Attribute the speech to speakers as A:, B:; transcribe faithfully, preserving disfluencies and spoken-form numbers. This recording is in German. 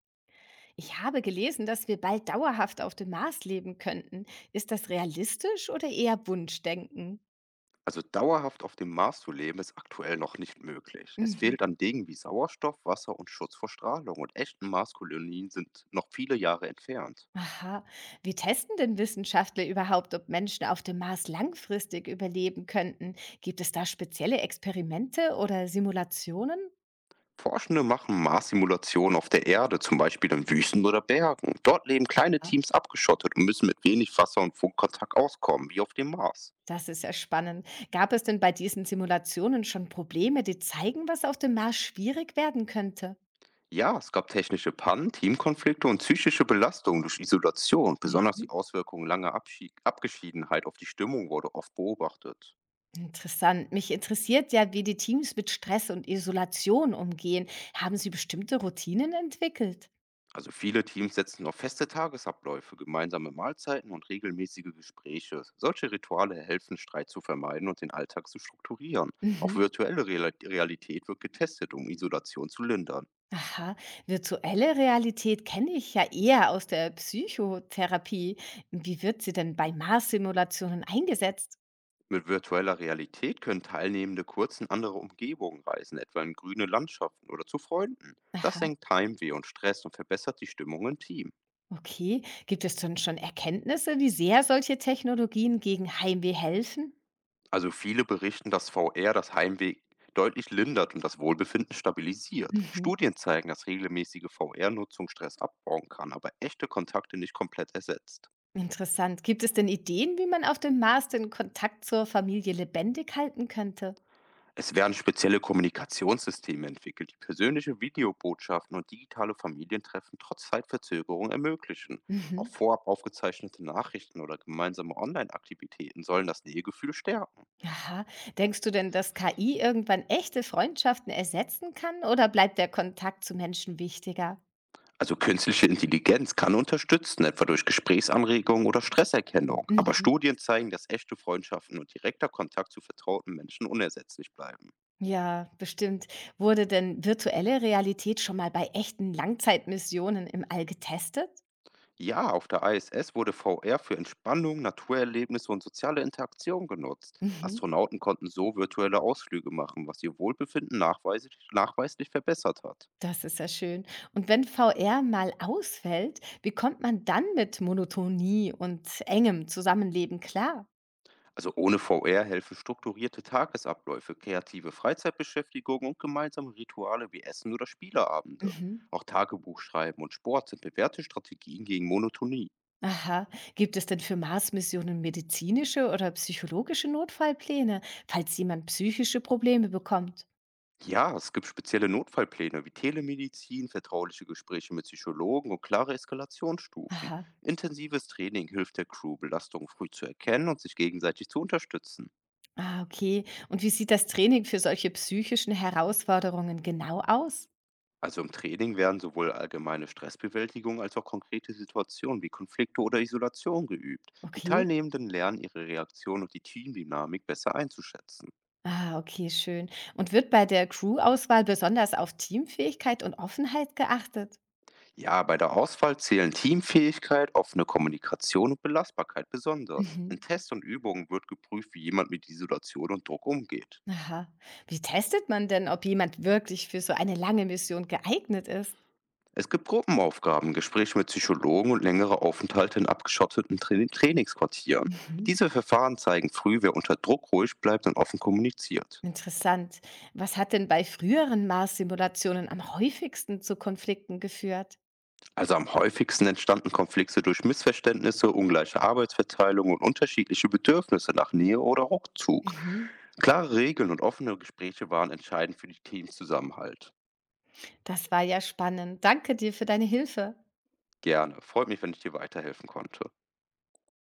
A: Ich habe gelesen, dass wir bald dauerhaft auf dem Mars leben könnten. Ist das realistisch oder eher Wunschdenken?
B: Also dauerhaft auf dem Mars zu leben, ist aktuell noch nicht möglich. Es
A: Mhm.
B: fehlt an Dingen wie Sauerstoff, Wasser und Schutz vor Strahlung, und echten Marskolonien sind noch viele Jahre entfernt.
A: Aha, wie testen denn Wissenschaftler überhaupt, ob Menschen auf dem Mars langfristig überleben könnten? Gibt es da spezielle Experimente oder Simulationen?
B: Forschende machen Mars-Simulationen auf der Erde, zum Beispiel in Wüsten oder Bergen. Dort leben kleine
A: Ah,
B: Teams abgeschottet und müssen mit wenig Wasser und Funkkontakt auskommen, wie auf dem Mars.
A: das ist ja spannend. Gab es denn bei diesen Simulationen schon Probleme, die zeigen, was auf dem Mars schwierig werden könnte?
B: Ja, es gab technische Pannen, Teamkonflikte und psychische Belastungen durch Isolation. Besonders die Auswirkungen langer Abschied Abgeschiedenheit auf die Stimmung wurde oft beobachtet.
A: Interessant. Mich interessiert ja, wie die Teams mit Stress und Isolation umgehen. Haben Sie bestimmte Routinen entwickelt?
B: Also viele Teams setzen auf feste Tagesabläufe, gemeinsame Mahlzeiten und regelmäßige Gespräche. Solche Rituale helfen, Streit zu vermeiden und den Alltag zu strukturieren. Auch
A: Mhm.
B: virtuelle Real- Realität wird getestet, um Isolation zu lindern.
A: Aha, virtuelle Realität kenne ich ja eher aus der Psychotherapie. Wie wird sie denn bei Mars-Simulationen eingesetzt?
B: Mit virtueller Realität können Teilnehmende kurz in andere Umgebungen reisen, etwa in grüne Landschaften oder zu Freunden. Das
A: Aha,
B: senkt Heimweh und Stress und verbessert die Stimmung im Team.
A: okay. Gibt es denn schon Erkenntnisse, wie sehr solche Technologien gegen Heimweh helfen?
B: Also viele berichten, dass V R das Heimweh deutlich lindert und das Wohlbefinden stabilisiert.
A: Mhm.
B: Studien zeigen, dass regelmäßige V R-Nutzung Stress abbauen kann, aber echte Kontakte nicht komplett ersetzt.
A: Interessant. Gibt es denn Ideen, wie man auf dem Mars den Kontakt zur Familie lebendig halten könnte?
B: Es werden spezielle Kommunikationssysteme entwickelt, die persönliche Videobotschaften und digitale Familientreffen trotz Zeitverzögerung ermöglichen. Auch
A: Mhm.
B: vorab aufgezeichnete Nachrichten oder gemeinsame Online-Aktivitäten sollen das Nähegefühl stärken.
A: Aha. Denkst du denn, dass K I irgendwann echte Freundschaften ersetzen kann oder bleibt der Kontakt zu Menschen wichtiger?
B: Also künstliche Intelligenz kann unterstützen, etwa durch Gesprächsanregungen oder Stresserkennung. Aber
A: Mhm.
B: Studien zeigen, dass echte Freundschaften und direkter Kontakt zu vertrauten Menschen unersetzlich bleiben.
A: Ja, bestimmt. Wurde denn virtuelle Realität schon mal bei echten Langzeitmissionen im All getestet?
B: Ja, auf der I S S wurde V R für Entspannung, Naturerlebnisse und soziale Interaktion genutzt.
A: Mhm.
B: Astronauten konnten so virtuelle Ausflüge machen, was ihr Wohlbefinden nachweislich, nachweislich verbessert hat.
A: Das ist ja schön. Und wenn V R mal ausfällt, wie kommt man dann mit Monotonie und engem Zusammenleben klar?
B: Also ohne V R helfen strukturierte Tagesabläufe, kreative Freizeitbeschäftigung und gemeinsame Rituale wie Essen oder Spieleabende.
A: Mhm.
B: Auch Tagebuch schreiben und Sport sind bewährte Strategien gegen Monotonie.
A: Aha. Gibt es denn für Mars-Missionen medizinische oder psychologische Notfallpläne, falls jemand psychische Probleme bekommt?
B: Ja, es gibt spezielle Notfallpläne wie Telemedizin, vertrauliche Gespräche mit Psychologen und klare Eskalationsstufen.
A: Aha.
B: Intensives Training hilft der Crew, Belastungen früh zu erkennen und sich gegenseitig zu unterstützen.
A: Ah, okay. Und wie sieht das Training für solche psychischen Herausforderungen genau aus?
B: Also im Training werden sowohl allgemeine Stressbewältigung als auch konkrete Situationen wie Konflikte oder Isolation geübt. Die
A: Okay.
B: Teilnehmenden lernen, ihre Reaktion und die Teamdynamik besser einzuschätzen.
A: Ah, okay, schön. Und wird bei der Crew-Auswahl besonders auf Teamfähigkeit und Offenheit geachtet?
B: Ja, bei der Auswahl zählen Teamfähigkeit, offene Kommunikation und Belastbarkeit besonders. In
A: Mhm.
B: Tests und Übungen wird geprüft, wie jemand mit Isolation und Druck umgeht.
A: Aha. Wie testet man denn, ob jemand wirklich für so eine lange Mission geeignet ist?
B: Es gibt Gruppenaufgaben, Gespräche mit Psychologen und längere Aufenthalte in abgeschotteten Tra Trainingsquartieren.
A: Mhm.
B: Diese Verfahren zeigen früh, wer unter Druck ruhig bleibt und offen kommuniziert.
A: Interessant. Was hat denn bei früheren Mars-Simulationen am häufigsten zu Konflikten geführt?
B: Also am häufigsten entstanden Konflikte durch Missverständnisse, ungleiche Arbeitsverteilung und unterschiedliche Bedürfnisse nach Nähe oder Rückzug.
A: Mhm.
B: Klare Regeln und offene Gespräche waren entscheidend für den Teamzusammenhalt.
A: Das war ja spannend. Danke dir für deine Hilfe.
B: Gerne. Freut mich, wenn ich dir weiterhelfen konnte.